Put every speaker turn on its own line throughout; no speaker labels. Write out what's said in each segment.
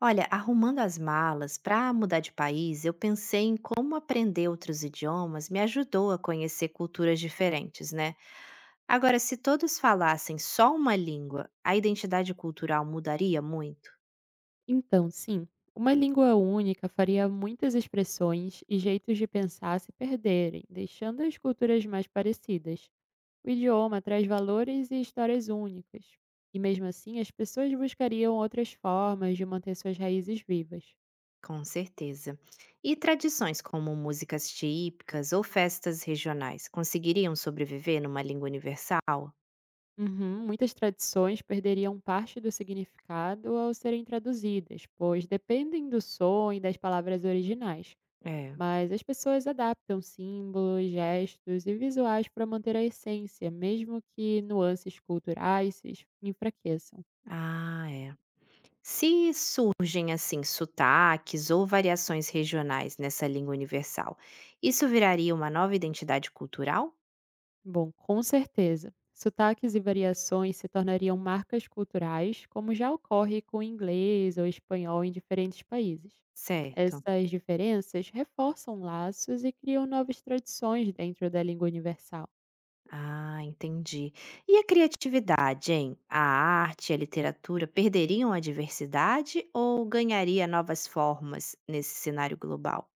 Olha, arrumando as malas para mudar de país, eu pensei em como aprender outros idiomas me ajudou a conhecer culturas diferentes, né? Agora, se todos falassem só uma língua, a identidade cultural mudaria muito?
Então, sim, uma língua única faria muitas expressões e jeitos de pensar se perderem, deixando as culturas mais parecidas. O idioma traz valores e histórias únicas, e mesmo assim as pessoas buscariam outras formas de manter suas raízes vivas.
Com certeza. E tradições como músicas típicas ou festas regionais conseguiriam sobreviver numa língua universal?
Uhum, muitas tradições perderiam parte do significado ao serem traduzidas, pois dependem do som e das palavras originais.
É.
Mas as pessoas adaptam símbolos, gestos e visuais para manter a essência, mesmo que nuances culturais se es- enfraqueçam.
Ah, é. Se surgem assim sotaques ou variações regionais nessa língua universal, isso viraria uma nova identidade cultural?
Bom, com certeza, sotaques e variações se tornariam marcas culturais, como já ocorre com o inglês ou espanhol em diferentes países.
Certo.
Essas diferenças reforçam laços e criam novas tradições dentro da língua universal.
Ah, entendi. E a criatividade, hein? A arte e a literatura perderiam a diversidade ou ganharia novas formas nesse cenário global?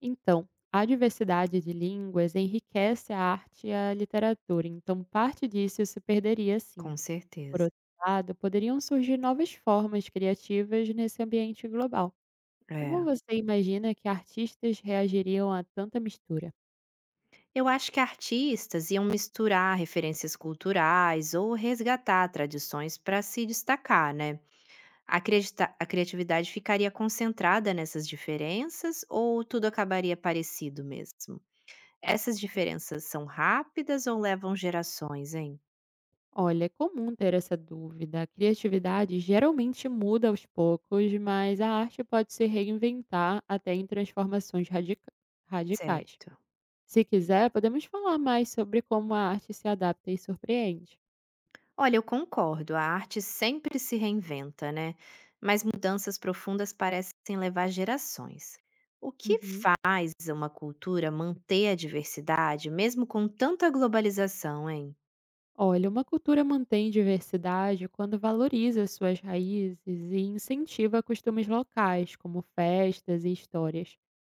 Então, a diversidade de línguas enriquece a arte e a literatura, então parte disso se perderia sim.
Com
Por
certeza.
outro lado, poderiam surgir novas formas criativas nesse ambiente global. Como
É.
você imagina que artistas reagiriam a tanta mistura?
Eu acho que artistas iam misturar referências culturais ou resgatar tradições para se destacar, né? A acredita a criatividade ficaria concentrada nessas diferenças ou tudo acabaria parecido mesmo? Essas diferenças são rápidas ou levam gerações, hein?
Olha, é comum ter essa dúvida. A criatividade geralmente muda aos poucos, mas a arte pode se reinventar até em transformações radicais.
Certo.
Se quiser, podemos falar mais sobre como a arte se adapta e surpreende.
Olha, eu concordo, a arte sempre se reinventa, né? Mas mudanças profundas parecem levar gerações. O que
Uhum.
faz uma cultura manter a diversidade mesmo com tanta globalização, hein?
Olha, uma cultura mantém diversidade quando valoriza suas raízes e incentiva costumes locais, como festas e histórias.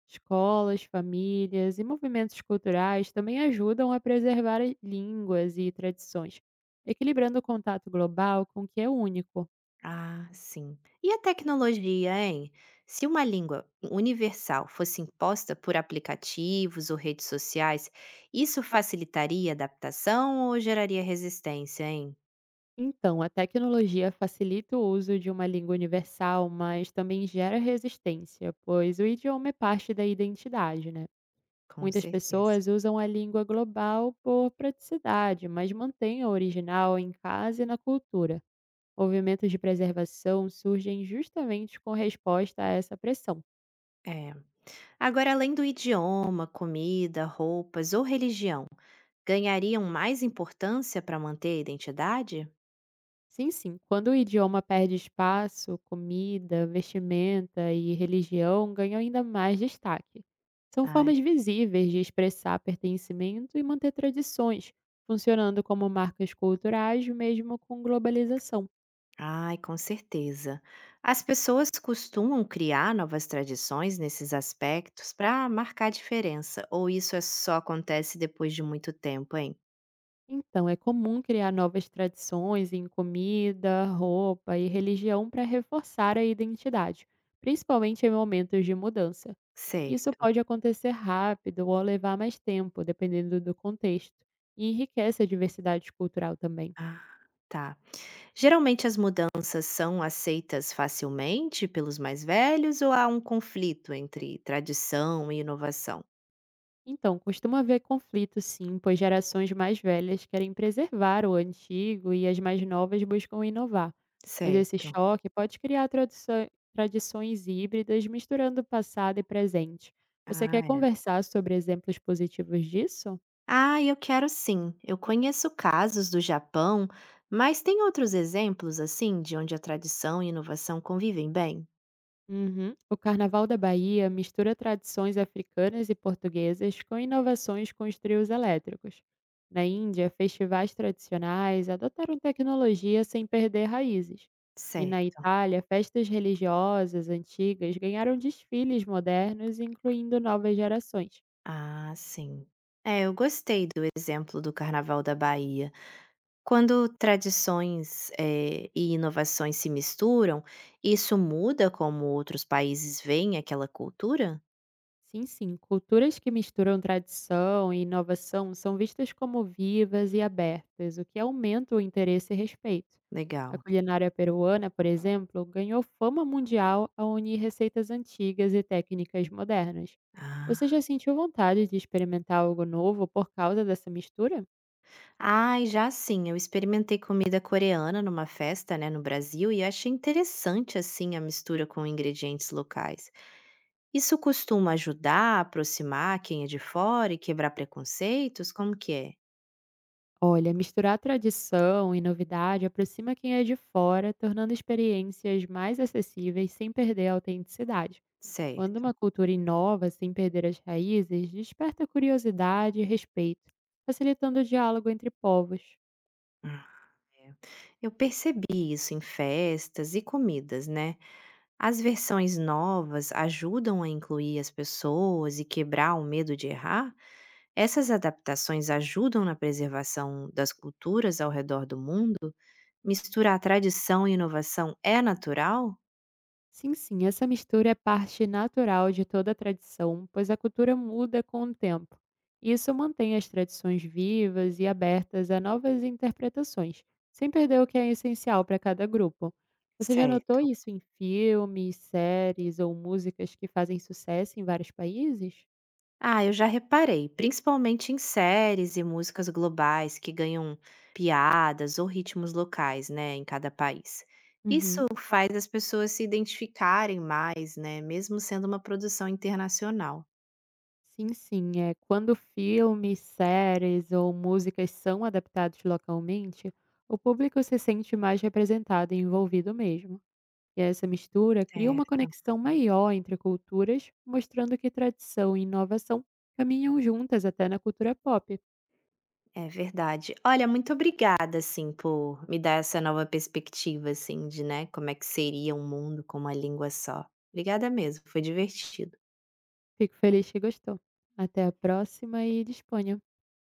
Escolas, famílias e movimentos culturais também ajudam a preservar línguas e tradições, equilibrando o contato global com o que é único.
Ah, sim. E a tecnologia, hein? Se uma língua universal fosse imposta por aplicativos ou redes sociais, isso facilitaria a adaptação ou geraria resistência, hein?
Então, a tecnologia facilita o uso de uma língua universal, mas também gera resistência, pois o idioma é parte da identidade, né?
Com
Muitas
certeza.
pessoas usam a língua global por praticidade, mas mantêm a original em casa e na cultura. Movimentos de preservação surgem justamente com resposta a essa pressão.
É. Agora, além do idioma, comida, roupas ou religião, ganhariam mais importância para manter a identidade?
Sim, sim. Quando o idioma perde espaço, comida, vestimenta e religião ganham ainda mais destaque. São
Ah,
formas visíveis de expressar pertencimento e manter tradições, funcionando como marcas culturais mesmo com globalização.
Ai, com certeza. As pessoas costumam criar novas tradições nesses aspectos para marcar diferença, ou isso é só acontece depois de muito tempo, hein?
Então, é comum criar novas tradições em comida, roupa e religião para reforçar a identidade, principalmente em momentos de mudança. Isso
Certo.
pode acontecer rápido ou levar mais tempo, dependendo do contexto, e enriquece a diversidade cultural também.
Ah, tá. Geralmente as mudanças são aceitas facilmente pelos mais velhos ou há um conflito entre tradição e inovação?
Então, costuma haver conflito sim, pois gerações mais velhas querem preservar o antigo e as mais novas buscam inovar. Mas esse
Certo.
choque pode criar tradições híbridas misturando passado e presente. Você
Ah,
quer
é.
conversar sobre exemplos positivos disso?
Ah, eu quero sim. Eu conheço casos do Japão, mas tem outros exemplos assim de onde a tradição e inovação convivem bem?
Uhum. O Carnaval da Bahia mistura tradições africanas e portuguesas com inovações com os trios elétricos. Na Índia, festivais tradicionais adotaram tecnologia sem perder raízes. E na
Certo.
Itália, festas religiosas antigas ganharam desfiles modernos, incluindo novas gerações.
Ah, sim. É, eu gostei do exemplo do Carnaval da Bahia. Quando tradições, e inovações se misturam, isso muda como outros países veem aquela cultura?
Sim, sim, culturas que misturam tradição e inovação são vistas como vivas e abertas, o que aumenta o interesse e respeito. A
Legal.
culinária peruana, por exemplo, ganhou fama mundial ao unir receitas antigas e técnicas modernas. Você
Ah.
já sentiu vontade de experimentar algo novo por causa dessa mistura?
Ai, já sim, eu experimentei comida coreana numa festa, né, no Brasil, e achei interessante, assim, a mistura com ingredientes locais. Isso costuma ajudar a aproximar quem é de fora e quebrar preconceitos? Como que é?
Olha, misturar tradição e novidade aproxima quem é de fora, tornando experiências mais acessíveis sem perder a autenticidade. Quando
Certo.
uma cultura inova sem perder as raízes, desperta curiosidade e respeito, facilitando o diálogo entre povos.
Hum, é. Eu percebi isso em festas e comidas, né? As versões novas ajudam a incluir as pessoas e quebrar o medo de errar? Essas adaptações ajudam na preservação das culturas ao redor do mundo? Misturar tradição e inovação é natural?
Sim, sim, essa mistura é parte natural de toda a tradição, pois a cultura muda com o tempo. Isso mantém as tradições vivas e abertas a novas interpretações, sem perder o que é essencial para cada grupo. Você já notou
Certo.
isso em filmes, séries ou músicas que fazem sucesso em vários países?
Ah, eu já reparei, principalmente em séries e músicas globais que ganham piadas ou ritmos locais, né, em cada país. Isso
Uhum.
faz as pessoas se identificarem mais, né, mesmo sendo uma produção internacional.
Sim, sim. É, quando filmes, séries ou músicas são adaptados localmente, o público se sente mais representado e envolvido mesmo. E essa mistura cria uma
Certo.
conexão maior entre culturas, mostrando que tradição e inovação caminham juntas até na cultura pop.
É verdade. Olha, muito obrigada, assim, por me dar essa nova perspectiva, assim, de, né, como é que seria um mundo com uma língua só. Obrigada mesmo, foi divertido.
Fico feliz que gostou. Até a próxima e disponha.